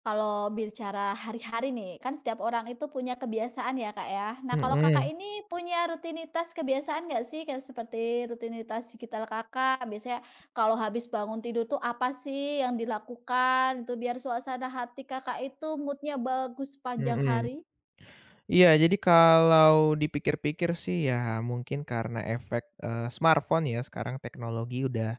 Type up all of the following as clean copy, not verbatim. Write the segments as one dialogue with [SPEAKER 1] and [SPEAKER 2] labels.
[SPEAKER 1] Kalau bicara hari-hari nih, kan setiap orang itu punya kebiasaan ya, Kak, ya. Nah, kalau Kakak
[SPEAKER 2] Mhm
[SPEAKER 1] ini punya rutinitas kebiasaan nggak sih? Kayak seperti rutinitas digital Kakak, biasanya kalau habis bangun tidur tuh apa sih yang dilakukan itu biar suasana hati Kakak itu moodnya bagus sepanjang
[SPEAKER 2] mhm.
[SPEAKER 1] hari?
[SPEAKER 2] Iya, jadi kalau dipikir-pikir sih ya mungkin karena efek, smartphone ya sekarang teknologi udah,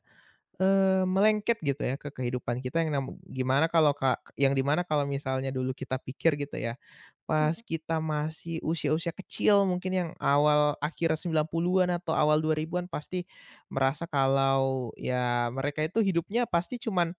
[SPEAKER 2] melengket gitu ya ke kehidupan kita yang nam gimana kalau ka yang di mana kalau misalnya dulu kita pikir gitu ya, pas
[SPEAKER 1] Mhm,
[SPEAKER 2] kita masih usia-usia kecil mungkin yang awal akhir 90-an atau awal 2000-an pasti merasa kalau ya mereka itu hidupnya pasti cuman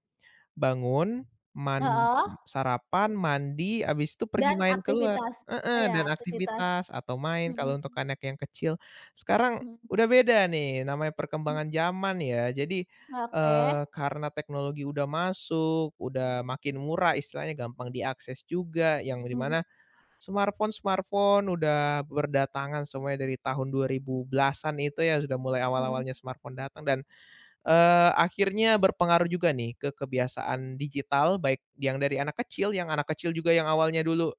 [SPEAKER 2] bangun, man
[SPEAKER 1] heeh,
[SPEAKER 2] sarapan, mandi, habis itu pergi
[SPEAKER 1] dan
[SPEAKER 2] main keluar.
[SPEAKER 1] aktivitas
[SPEAKER 2] Heeh,
[SPEAKER 1] ya
[SPEAKER 2] dan
[SPEAKER 1] aktivitas.
[SPEAKER 2] aktivitas atau main kalau untuk
[SPEAKER 1] Mhm
[SPEAKER 2] anak yang kecil. Sekarang
[SPEAKER 1] mhm
[SPEAKER 2] udah beda nih, namanya
[SPEAKER 1] mhm,
[SPEAKER 2] perkembangan zaman ya. Jadi,
[SPEAKER 1] oke,
[SPEAKER 2] karena teknologi udah masuk, udah makin murah istilahnya, gampang diakses juga, yang di
[SPEAKER 1] mhm
[SPEAKER 2] mana smartphone-smartphone udah berdatangan semuanya dari tahun 2010-an itu ya, sudah mulai
[SPEAKER 1] mhm,
[SPEAKER 2] awal-awalnya smartphone datang dan akhirnya berpengaruh juga nih ke kebiasaan digital, baik yang dari anak kecil, yang anak kecil juga yang awalnya dulu,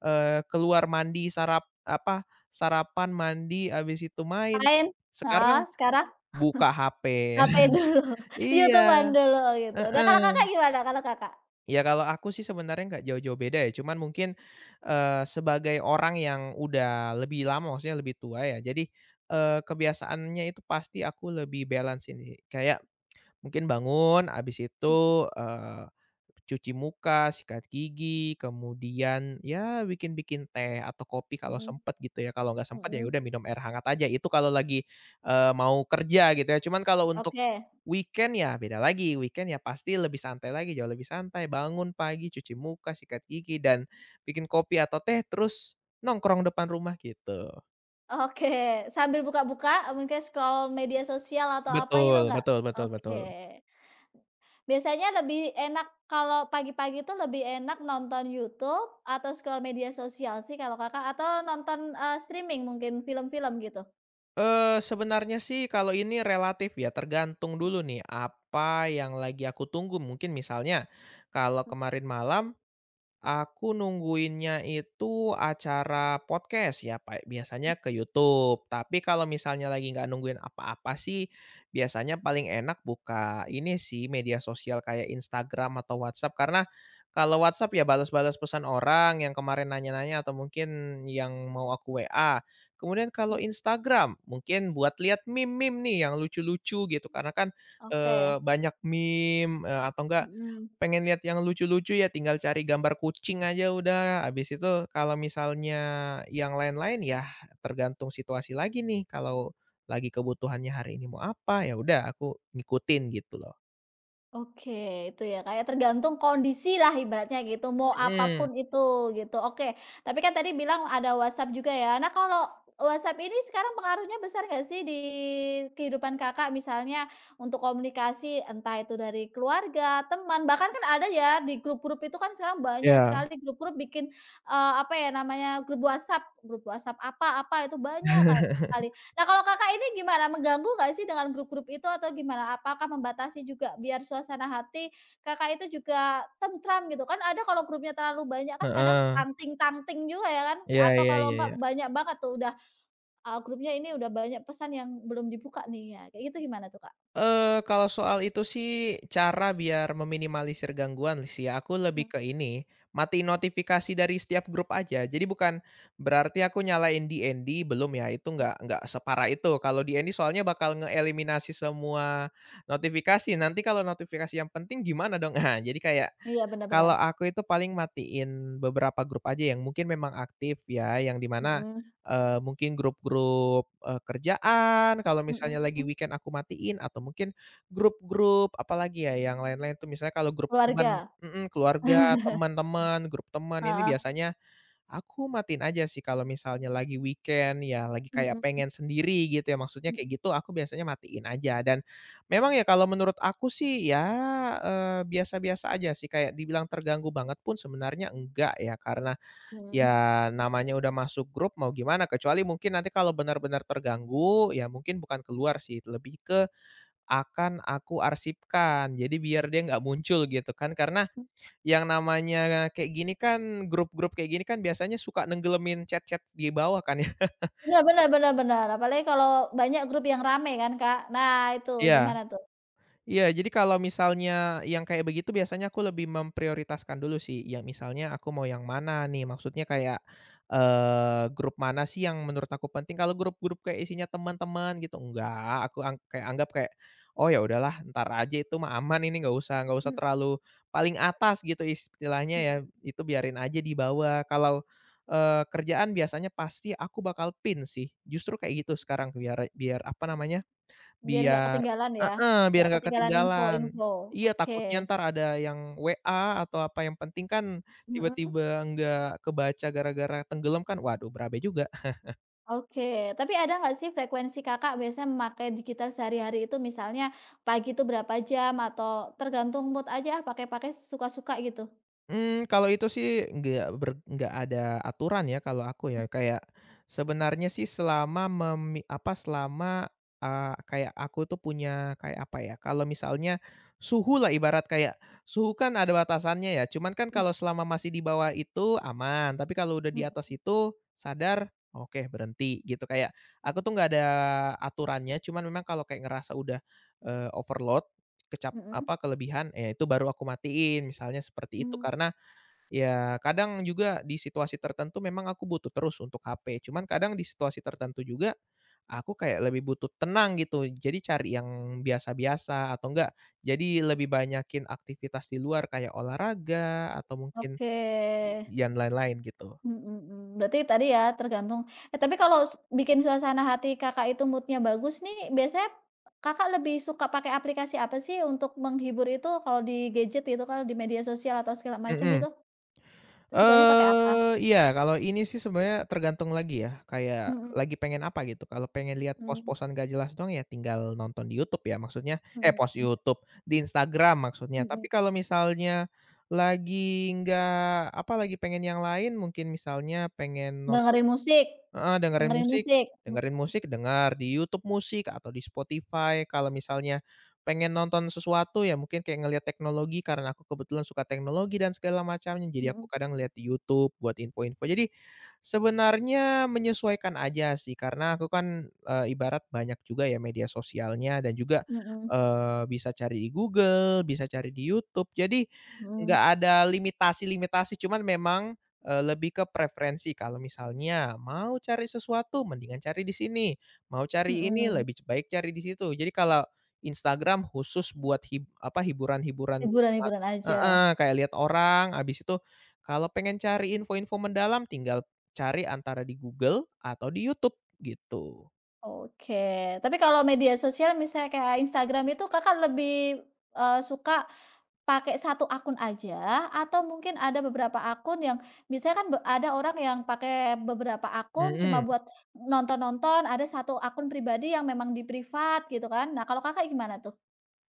[SPEAKER 2] keluar mandi, sarap apa, sarapan, mandi, habis itu main,
[SPEAKER 1] lain? Heeh,
[SPEAKER 2] sekarang
[SPEAKER 1] sekarang?
[SPEAKER 2] buka HP.
[SPEAKER 1] HP dulu, YouTube-an
[SPEAKER 2] Iya,
[SPEAKER 1] dulu gitu. Nah kalau
[SPEAKER 2] heeh.
[SPEAKER 1] Kakak gimana kalau Kakak?
[SPEAKER 2] Ya kalau aku sih sebenarnya nggak jauh-jauh beda ya, cuman mungkin, sebagai orang yang udah lebih lama, maksudnya lebih tua ya, jadi, kebiasaannya itu pasti aku lebih balance ini, kayak mungkin bangun, abis itu, eee, cuci muka, sikat gigi, kemudian ya bikin-bikin teh atau kopi kalau
[SPEAKER 1] Mhm,
[SPEAKER 2] sempet gitu ya, kalau nggak sempet ya udah
[SPEAKER 1] mhm.
[SPEAKER 2] minum air hangat aja, itu kalau lagi, mau kerja gitu ya. Cuman kalau untuk
[SPEAKER 1] Oke
[SPEAKER 2] weekend ya beda lagi, weekend ya pasti lebih santai lagi, jauh lebih santai, bangun pagi, cuci muka, sikat gigi, dan bikin kopi atau teh, terus nongkrong depan rumah gitu.
[SPEAKER 1] oke. Sambil buka-buka, mungkin scroll media sosial atau apa gitu
[SPEAKER 2] Betul
[SPEAKER 1] nggak?
[SPEAKER 2] betul betul
[SPEAKER 1] Oke.
[SPEAKER 2] betul.
[SPEAKER 1] Biasanya lebih enak kalau pagi-pagi itu lebih enak nonton YouTube atau scroll media sosial sih kalau Kakak? Atau nonton, streaming mungkin film-film gitu?
[SPEAKER 2] Sebenarnya sih kalau ini relatif ya, tergantung dulu nih apa yang lagi aku tunggu. Mungkin misalnya kalau kemarin malam aku nungguinnya itu acara podcast ya, Pak, biasanya
[SPEAKER 1] Mhm,
[SPEAKER 2] ke YouTube. Tapi kalau misalnya lagi nggak nungguin apa-apa sih, biasanya paling enak buka ini sih, media sosial kayak Instagram atau WhatsApp. Karena kalau WhatsApp ya balas-balas pesan orang yang kemarin nanya-nanya atau mungkin yang mau aku WA. Kemudian kalau Instagram, mungkin buat lihat meme-meme nih yang lucu-lucu gitu, karena kan,
[SPEAKER 1] oke,
[SPEAKER 2] banyak meme, atau enggak,
[SPEAKER 1] mhm.
[SPEAKER 2] pengen lihat yang lucu-lucu ya tinggal cari gambar kucing aja udah, habis itu kalau misalnya yang lain-lain ya tergantung situasi lagi nih, kalau lagi kebutuhannya hari ini mau apa, ya udah aku ngikutin gitu loh.
[SPEAKER 1] Oke, itu ya, kayak tergantung kondisi lah ibaratnya gitu, mau
[SPEAKER 2] Mhm.
[SPEAKER 1] apapun itu, gitu. Oke, tapi kan tadi bilang ada WhatsApp juga ya. Nah, kalau WhatsApp ini sekarang pengaruhnya besar nggak sih di kehidupan Kakak? Misalnya untuk komunikasi, entah itu dari keluarga, teman, bahkan kan ada ya di grup-grup itu kan sekarang banyak
[SPEAKER 2] Iya.
[SPEAKER 1] sekali grup-grup bikin, apa ya namanya, grup WhatsApp apa apa, itu banyak sekali. Nah, kalau Kakak ini gimana? Mengganggu nggak sih dengan grup-grup itu atau gimana? Apakah membatasi juga biar suasana hati Kakak itu juga tentram gitu? Kan ada kalau grupnya terlalu banyak kan kadang
[SPEAKER 2] Heeh.
[SPEAKER 1] tangting-tangting juga ya kan?
[SPEAKER 2] Iya
[SPEAKER 1] Atau
[SPEAKER 2] iya
[SPEAKER 1] kalau
[SPEAKER 2] iya
[SPEAKER 1] nggak
[SPEAKER 2] iya.
[SPEAKER 1] banyak banget tuh udah, grupnya ini udah banyak pesan yang belum dibuka nih ya, kayak gitu gimana tuh, Kak?
[SPEAKER 2] Kalau soal itu sih, cara biar meminimalisir gangguan sih ya, aku lebih
[SPEAKER 1] Mmm,
[SPEAKER 2] ke ini, matiin notifikasi dari setiap grup aja. Jadi bukan berarti aku nyalain DND, belum ya, itu nggak separah itu. Kalau DND soalnya bakal ngeeliminasi semua notifikasi, nanti kalau notifikasi yang penting gimana dong? Nah, jadi kayak
[SPEAKER 1] iya benar-benar.
[SPEAKER 2] kalau aku itu paling matiin beberapa grup aja yang mungkin memang aktif ya, yang di mana, mungkin grup-grup, kerjaan, kalau
[SPEAKER 1] Mhm
[SPEAKER 2] misalnya lagi
[SPEAKER 1] mhm.
[SPEAKER 2] weekend aku matiin atau mungkin grup-grup apalagi ya yang lain-lain tuh misalnya kalau grup teman,
[SPEAKER 1] Keluarga.
[SPEAKER 2] mhm, keluarga, teman-teman, grup teman ini
[SPEAKER 1] Heeh.
[SPEAKER 2] biasanya aku matiin aja sih kalau misalnya lagi weekend, ya lagi kayak
[SPEAKER 1] Mhm
[SPEAKER 2] pengen sendiri gitu ya, maksudnya
[SPEAKER 1] mhm
[SPEAKER 2] kayak gitu aku biasanya matiin aja dan memang ya kalau menurut aku sih ya, biasa-biasa aja sih kayak dibilang terganggu banget pun sebenarnya enggak ya, karena
[SPEAKER 1] mhm.
[SPEAKER 2] ya namanya udah masuk grup mau gimana, kecuali mungkin nanti kalau benar-benar terganggu, ya mungkin bukan keluar sih, lebih ke akan aku arsipkan. Jadi biar dia nggak muncul gitu kan, karena yang namanya kayak gini kan grup-grup kayak gini kan biasanya suka nenggelemin chat-chat di bawah kan ya.
[SPEAKER 1] Bener bener bener bener, apalagi kalau banyak grup yang rame kan, Kak. Nah itu
[SPEAKER 2] Iya.
[SPEAKER 1] gimana tuh?
[SPEAKER 2] Iya, jadi kalau misalnya yang kayak begitu biasanya aku lebih memprioritaskan dulu sih, yang misalnya aku mau yang mana nih, maksudnya kayak, grup mana sih yang menurut aku penting, kalau grup-grup kayak isinya teman-teman gitu, enggak, aku kayak anggap kayak, "Oh ya udahlah ntar aja itu mah aman ini nggak usah terlalu paling atas gitu istilahnya ya,
[SPEAKER 1] Mhm,
[SPEAKER 2] itu biarin aja di bawah." Kalau, kerjaan biasanya pasti aku bakal pin sih, justru kayak gitu sekarang biar biar apa namanya,
[SPEAKER 1] biar nggak
[SPEAKER 2] Biar
[SPEAKER 1] ketinggalan ya,
[SPEAKER 2] heeh, biar
[SPEAKER 1] nggak
[SPEAKER 2] nggak
[SPEAKER 1] ketinggalan
[SPEAKER 2] ketinggalan.
[SPEAKER 1] info-info.
[SPEAKER 2] Iya,
[SPEAKER 1] Oke,
[SPEAKER 2] takutnya entar ada yang WA atau apa, yang penting kan
[SPEAKER 1] mhm,
[SPEAKER 2] tiba-tiba nggak kebaca gara-gara tenggelam kan, waduh berabe juga.
[SPEAKER 1] oke. Tapi ada nggak sih frekuensi Kakak biasanya memakai digital sehari-hari itu misalnya pagi itu berapa jam atau tergantung mood aja ah, pakai-pakai suka-suka gitu?
[SPEAKER 2] Kalau itu sih nggak ada aturan ya kalau aku ya, kayak sebenarnya sih selama selama, kayak aku tuh punya kayak apa ya, kalau misalnya suhulah ibarat kayak suhu kan ada batasannya ya, cuman kan
[SPEAKER 1] Mhm
[SPEAKER 2] kalau selama masih di bawah itu aman, tapi kalau udah di
[SPEAKER 1] mhm
[SPEAKER 2] atas itu sadar, oke berhenti gitu. Kayak aku tuh nggak ada aturannya, cuman memang kalau kayak ngerasa udah, overload,
[SPEAKER 1] mhm mhm,
[SPEAKER 2] kelebihan, ya itu baru aku matiin, misalnya seperti itu.
[SPEAKER 1] mmm,
[SPEAKER 2] Karena ya, kadang juga di situasi tertentu memang aku butuh terus untuk HP, cuman kadang di situasi tertentu juga, aku kayak lebih butuh tenang gitu. Jadi cari yang biasa-biasa atau enggak, jadi lebih banyakin aktivitas di luar kayak olahraga atau mungkin
[SPEAKER 1] oke.
[SPEAKER 2] yang lain-lain gitu.
[SPEAKER 1] Mhm mhm. Berarti tadi ya tergantung eh, tapi kalau bikin suasana hati Kakak itu mood-nya bagus nih, biasanya Kakak lebih suka pakai aplikasi apa sih untuk menghibur itu kalau di gadget itu kalau di media sosial atau segala macam
[SPEAKER 2] Mhm.
[SPEAKER 1] itu, sukanya pakai apa?
[SPEAKER 2] Iya, kalau ini sih sebenarnya tergantung lagi ya, kayak
[SPEAKER 1] Mhm
[SPEAKER 2] lagi pengen apa gitu, kalau pengen lihat
[SPEAKER 1] mhm
[SPEAKER 2] pos-posan nggak jelas doang ya tinggal nonton di YouTube ya maksudnya eh,
[SPEAKER 1] mhm
[SPEAKER 2] pos
[SPEAKER 1] mhm
[SPEAKER 2] YouTube, di Instagram maksudnya.
[SPEAKER 1] mhm.
[SPEAKER 2] Tapi kalau misalnya lagi nggak apa, lagi pengen yang lain mungkin misalnya pengen nonton.
[SPEAKER 1] Dengerin musik
[SPEAKER 2] Heeh, dengerin
[SPEAKER 1] dengerin
[SPEAKER 2] musik,
[SPEAKER 1] musik? Mhm
[SPEAKER 2] dengerin musik dengar di YouTube musik atau di Spotify. Kalau misalnya pengen nonton sesuatu ya mungkin kayak ngelihat teknologi karena aku kebetulan suka teknologi dan segala macamnya, jadi
[SPEAKER 1] mhm
[SPEAKER 2] aku kadang lihat di YouTube buat info-info. Jadi sebenarnya menyesuaikan aja sih karena aku kan, ibarat banyak juga ya media sosialnya dan juga,
[SPEAKER 1] mhm
[SPEAKER 2] bisa cari di Google, bisa cari di YouTube. Jadi
[SPEAKER 1] mhm
[SPEAKER 2] nggak ada limitasi-limitasi, cuman memang lebih ke preferensi kalau misalnya mau cari sesuatu mendingan cari di sini, mau cari ini
[SPEAKER 1] mhm.
[SPEAKER 2] lebih baik cari di situ. Jadi kalau Instagram khusus buat hiburan-hiburan selat,
[SPEAKER 1] Hiburan-hiburan aja.
[SPEAKER 2] heeh, kayak lihat orang, habis itu kalau pengen cari info-info mendalam tinggal cari antara di Google atau di YouTube gitu.
[SPEAKER 1] Oke. Tapi kalau media sosial misalnya kayak Instagram itu Kakak lebih, suka pakai satu akun aja atau mungkin ada beberapa akun yang misalnya kan ada orang yang pakai beberapa akun cuma
[SPEAKER 2] Mhm.
[SPEAKER 1] buat nonton-nonton, ada satu akun pribadi yang memang di privat gitu kan. Nah, kalau Kakak gimana tuh?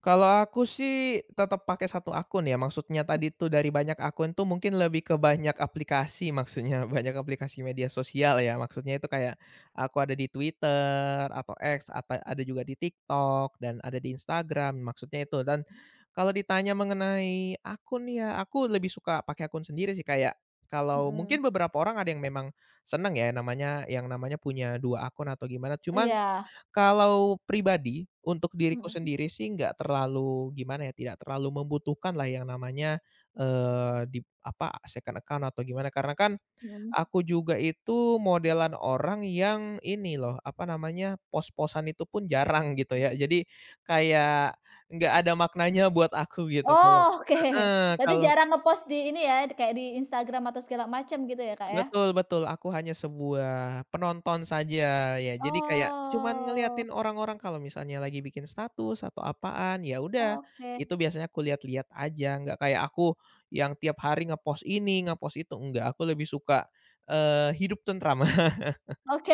[SPEAKER 2] Kalau aku sih tetap pakai satu akun ya, maksudnya tadi tuh dari banyak akun tuh mungkin lebih ke banyak aplikasi maksudnya, banyak aplikasi media sosial ya, maksudnya itu kayak aku ada di Twitter atau X, atau ada juga di TikTok dan ada di Instagram, maksudnya itu. Dan kalau ditanya mengenai akun ya, aku lebih suka pakai akun sendiri sih, kayak kalau
[SPEAKER 1] Mhm.
[SPEAKER 2] mungkin beberapa orang ada yang memang seneng ya yang namanya punya 2 akun atau gimana, cuman
[SPEAKER 1] Iya.
[SPEAKER 2] kalau pribadi, untuk diriku
[SPEAKER 1] Mhm
[SPEAKER 2] sendiri sih nggak terlalu gimana ya, tidak terlalu membutuhkan lah yang namanya, eee, di second account atau gimana. Karena kan
[SPEAKER 1] mhm.
[SPEAKER 2] aku juga itu modelan orang yang ini loh, apa namanya, pos-posan itu pun jarang gitu ya. Jadi kayak nggak ada maknanya buat aku gitu kalau
[SPEAKER 1] Oh, oke.
[SPEAKER 2] heeh,
[SPEAKER 1] Berarti
[SPEAKER 2] kalau
[SPEAKER 1] jarang ngepost di ini ya, kayak di Instagram atau segala macam gitu ya, Kak, ya?
[SPEAKER 2] betul betul, aku hanya sebuah penonton saja ya. Jadi kayak cuman
[SPEAKER 1] Oh,
[SPEAKER 2] ngeliatin orang-orang kalau misalnya lagi bikin status atau apaan, ya udah
[SPEAKER 1] oke.
[SPEAKER 2] itu biasanya aku lihat-lihat aja, nggak kayak aku yang tiap hari nge ini, nge itu, enggak, aku lebih suka, hidup tentram.
[SPEAKER 1] Oke,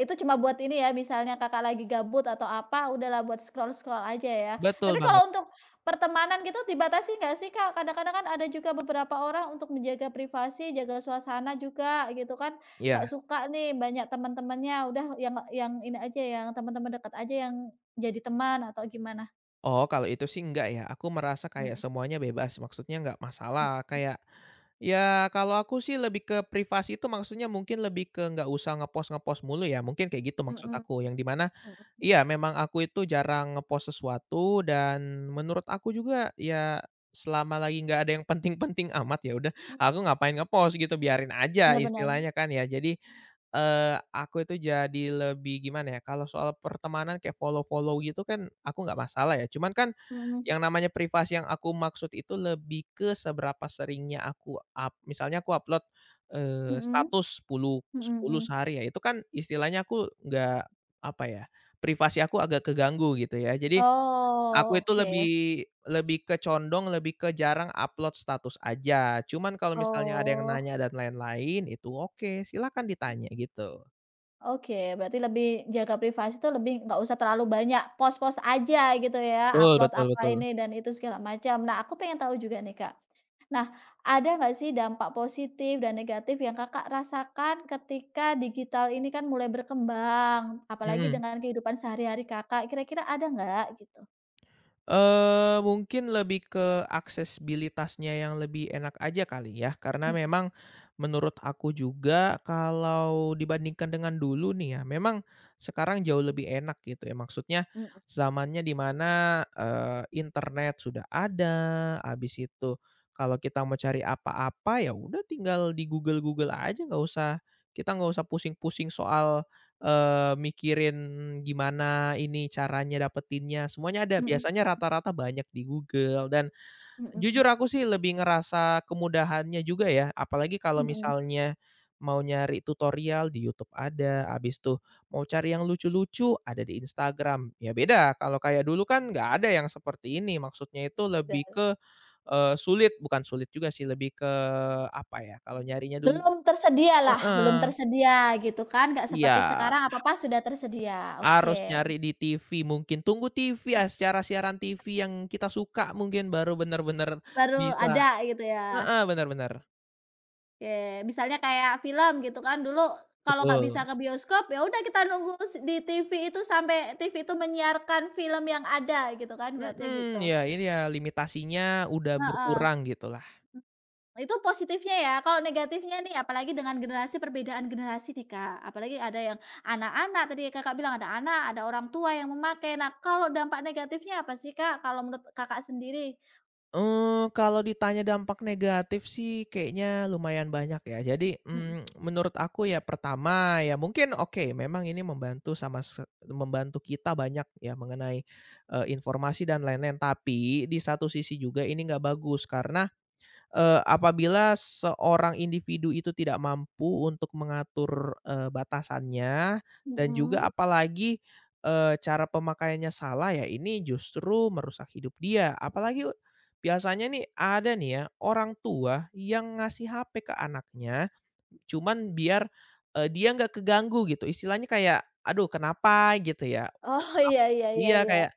[SPEAKER 1] itu cuma buat ini ya, misalnya Kakak lagi gabut atau apa, udahlah buat scroll-scroll aja ya.
[SPEAKER 2] Betul
[SPEAKER 1] Tapi
[SPEAKER 2] banget,
[SPEAKER 1] kalau untuk pertemanan gitu dibatasi nggak sih, Kak? Kadang-kadang kan ada juga beberapa orang untuk menjaga privasi, jaga suasana juga gitu kan.
[SPEAKER 2] ya.
[SPEAKER 1] Nggak suka nih banyak teman-temannya, udah yang ini aja, yang teman-teman dekat aja yang jadi teman atau gimana?
[SPEAKER 2] Oh, kalau itu sih enggak ya, aku merasa kayak
[SPEAKER 1] Mhm,
[SPEAKER 2] semuanya bebas, maksudnya enggak
[SPEAKER 1] mmm,
[SPEAKER 2] masalah, kayak, ya kalau aku sih lebih ke privasi itu maksudnya mungkin lebih ke nggak usah ngepost-ngepost mulu ya, mungkin kayak gitu
[SPEAKER 1] mhm,
[SPEAKER 2] maksud
[SPEAKER 1] mhm,
[SPEAKER 2] aku, yang di mana iya, memang aku itu jarang ngepost sesuatu dan menurut aku juga ya selama lagi nggak ada yang penting-penting amat ya udah aku ngapain ngepost gitu, biarin aja
[SPEAKER 1] bener bener,
[SPEAKER 2] istilahnya kan ya. Jadi, aku itu jadi lebih gimana ya, kalau soal pertemanan kayak follow-follow gitu kan aku nggak masalah ya, cuman kan yang
[SPEAKER 1] mhm,
[SPEAKER 2] namanya privasi yang aku maksud itu lebih ke seberapa seringnya aku up misalnya aku upload,
[SPEAKER 1] mhm,
[SPEAKER 2] status 10,
[SPEAKER 1] mhm
[SPEAKER 2] 10
[SPEAKER 1] mhm.
[SPEAKER 2] sehari ya, itu kan istilahnya aku nggak apa ya, privasi aku agak keganggu gitu ya. Jadi, aku
[SPEAKER 1] Oh,
[SPEAKER 2] itu
[SPEAKER 1] oke.
[SPEAKER 2] lebih lebih ke condong, lebih ke jarang upload status aja. Cuman kalau misalnya ada yang
[SPEAKER 1] Oh.
[SPEAKER 2] nanya dan lain-lain, itu oke, silakan ditanya gitu.
[SPEAKER 1] Oke, berarti lebih jaga privasi tuh lebih nggak usah terlalu banyak, post-post aja gitu ya,
[SPEAKER 2] Betul
[SPEAKER 1] upload
[SPEAKER 2] betul
[SPEAKER 1] apa
[SPEAKER 2] betul.
[SPEAKER 1] ini dan itu segala macam. Nah, aku pengen tahu juga nih, Kak. Nah, ada nggak sih dampak positif dan negatif yang Kakak rasakan ketika digital ini kan mulai berkembang, apalagi
[SPEAKER 2] Mhm.
[SPEAKER 1] dengan kehidupan sehari-hari Kakak, kira-kira ada nggak gitu?
[SPEAKER 2] Mungkin lebih ke aksesibilitasnya yang lebih enak aja kali ya, karena
[SPEAKER 1] Mhm
[SPEAKER 2] memang menurut aku juga kalau dibandingkan dengan dulu nih ya, memang sekarang jauh lebih enak gitu ya. Maksudnya
[SPEAKER 1] mhm
[SPEAKER 2] zamannya di mana, internet sudah ada, habis itu kalau kita mau cari apa-apa, ya udah tinggal di google-google aja, nggak usah kita nggak usah pusing-pusing soal mikirin gimana ini caranya dapetinnya, semuanya ada.
[SPEAKER 1] mhm
[SPEAKER 2] Biasanya rata-rata banyak di Google dan jujur
[SPEAKER 1] mhm
[SPEAKER 2] aku sih lebih ngerasa kemudahannya juga ya, apalagi kalau
[SPEAKER 1] mhm.
[SPEAKER 2] misalnya mau nyari tutorial di YouTube ada, habis tuh mau cari yang lucu-lucu ada di Instagram. Ya beda kalau kayak dulu kan nggak ada yang seperti ini, maksudnya itu
[SPEAKER 1] Benar.
[SPEAKER 2] lebih ke, sulit bukan sulit juga sih, lebih ke apa ya, kalau nyarinya dulu
[SPEAKER 1] Belum tersedialah, belum
[SPEAKER 2] heeh,
[SPEAKER 1] tersedia gitu kan, nggak seperti
[SPEAKER 2] iya.
[SPEAKER 1] sekarang apa-apa sudah tersedia, oke.
[SPEAKER 2] Harus nyari di TV mungkin, tunggu TV, acara siaran TV yang kita suka mungkin baru bener-bener
[SPEAKER 1] Baru
[SPEAKER 2] bisa
[SPEAKER 1] ada gitu ya,
[SPEAKER 2] heeh, bener bener,
[SPEAKER 1] oke. Misalnya kayak film gitu kan, dulu kalau nggak bisa
[SPEAKER 2] betul.
[SPEAKER 1] ke bioskop, ya udah kita nunggu di TV itu sampai TV itu menyiarkan film yang ada gitu kan, berarti
[SPEAKER 2] Mhm,
[SPEAKER 1] gitu.
[SPEAKER 2] ya ini ya limitasinya udah
[SPEAKER 1] Heeh,
[SPEAKER 2] berkurang gitulah.
[SPEAKER 1] itu positifnya ya, kalau negatifnya nih apalagi dengan generasi perbedaan generasi nih, Kak, apalagi ada yang anak-anak tadi Kakak bilang ada anak, ada orang tua yang memakai. Nah, kalau dampak negatifnya apa sih, Kak, kalau menurut Kakak sendiri?
[SPEAKER 2] Kalau ditanya dampak negatif sih kayaknya lumayan banyak ya. Jadi,
[SPEAKER 1] Mhm
[SPEAKER 2] menurut aku ya pertama ya mungkin oke memang ini membantu sama se membantu kita banyak ya mengenai, informasi dan lain-lain, tapi di satu sisi juga ini nggak bagus karena apabila seorang individu itu tidak mampu untuk mengatur, batasannya dan juga
[SPEAKER 1] mhm.
[SPEAKER 2] apalagi, cara pemakaiannya salah ya ini justru merusak hidup dia. Apalagi biasanya nih ada nih ya orang tua yang ngasih HP ke anaknya cuman biar, dia nggak keganggu gitu, istilahnya kayak, "Aduh kenapa?" gitu ya.
[SPEAKER 1] Oh, iya iya iya
[SPEAKER 2] iya
[SPEAKER 1] iya.
[SPEAKER 2] kayak,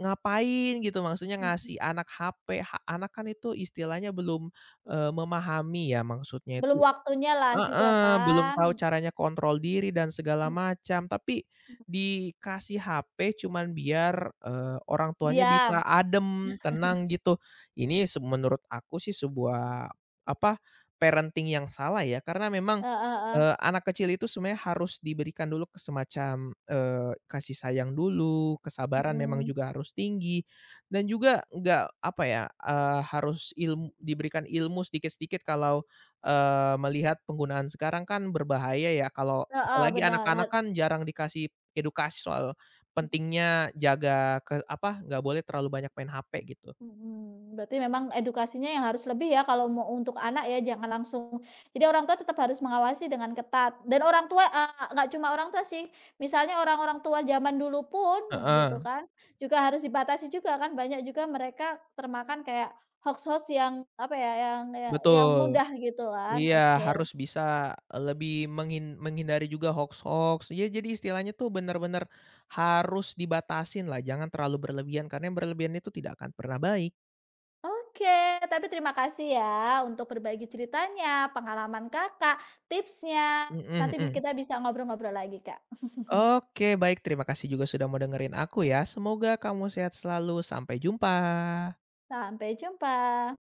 [SPEAKER 2] "Ngapain?" gitu, maksudnya
[SPEAKER 1] Mhm.
[SPEAKER 2] ngasih anak HP, anak kan itu istilahnya belum, memahami ya maksudnya
[SPEAKER 1] Belum
[SPEAKER 2] itu
[SPEAKER 1] waktunya lah juga
[SPEAKER 2] heeh, belum
[SPEAKER 1] kan,
[SPEAKER 2] tahu caranya kontrol diri dan segala
[SPEAKER 1] mmm,
[SPEAKER 2] macam, tapi dikasih HP cuman biar, orang tuanya
[SPEAKER 1] diam,
[SPEAKER 2] bisa adem, tenang gitu. Ini menurut aku sih sebuah, apa, parenting yang salah ya, karena memang,
[SPEAKER 1] heeh heeh,
[SPEAKER 2] anak kecil itu sebenarnya harus diberikan dulu ke semacam, kasih sayang dulu, kesabaran memang
[SPEAKER 1] mhm,
[SPEAKER 2] juga harus tinggi, dan juga nggak, apa ya, harus ilm diberikan ilmu sedikit-sedikit kalau melihat penggunaan sekarang kan berbahaya ya kalau
[SPEAKER 1] heeh,
[SPEAKER 2] apalagi
[SPEAKER 1] benar,
[SPEAKER 2] anak-anak kan jarang dikasih edukasi soal pentingnya nggak boleh terlalu banyak main HP gitu.
[SPEAKER 1] mhm, berarti memang edukasinya yang harus lebih ya kalau mau untuk anak ya, jangan langsung jadi orang tua tetap harus mengawasi dengan ketat dan orang tua, nggak cuma orang tua sih, misalnya orang-orang tua zaman dulu pun, gitu
[SPEAKER 2] Heeh,
[SPEAKER 1] kan, juga harus dibatasi juga kan, banyak juga mereka termakan kayak hoaks-hoaks yang, apa ya yang
[SPEAKER 2] betul.
[SPEAKER 1] mudah gitu kan,
[SPEAKER 2] Iya,
[SPEAKER 1] oke.
[SPEAKER 2] harus bisa, lebih menghindari juga hoaks-hoaks. Ya jadi istilahnya tuh bener-bener harus dibatasin lah, jangan terlalu berlebihan karena yang berlebihan itu tidak akan pernah baik.
[SPEAKER 1] Oke, tapi terima kasih ya untuk berbagi ceritanya, pengalaman Kakak, tipsnya.
[SPEAKER 2] Mhm
[SPEAKER 1] Nanti
[SPEAKER 2] mhm.
[SPEAKER 1] kita bisa ngobrol-ngobrol lagi, Kak.
[SPEAKER 2] Oke baik, terima kasih juga sudah mau dengerin aku ya. Semoga kamu sehat selalu, sampai jumpa.
[SPEAKER 1] Sampai jumpa.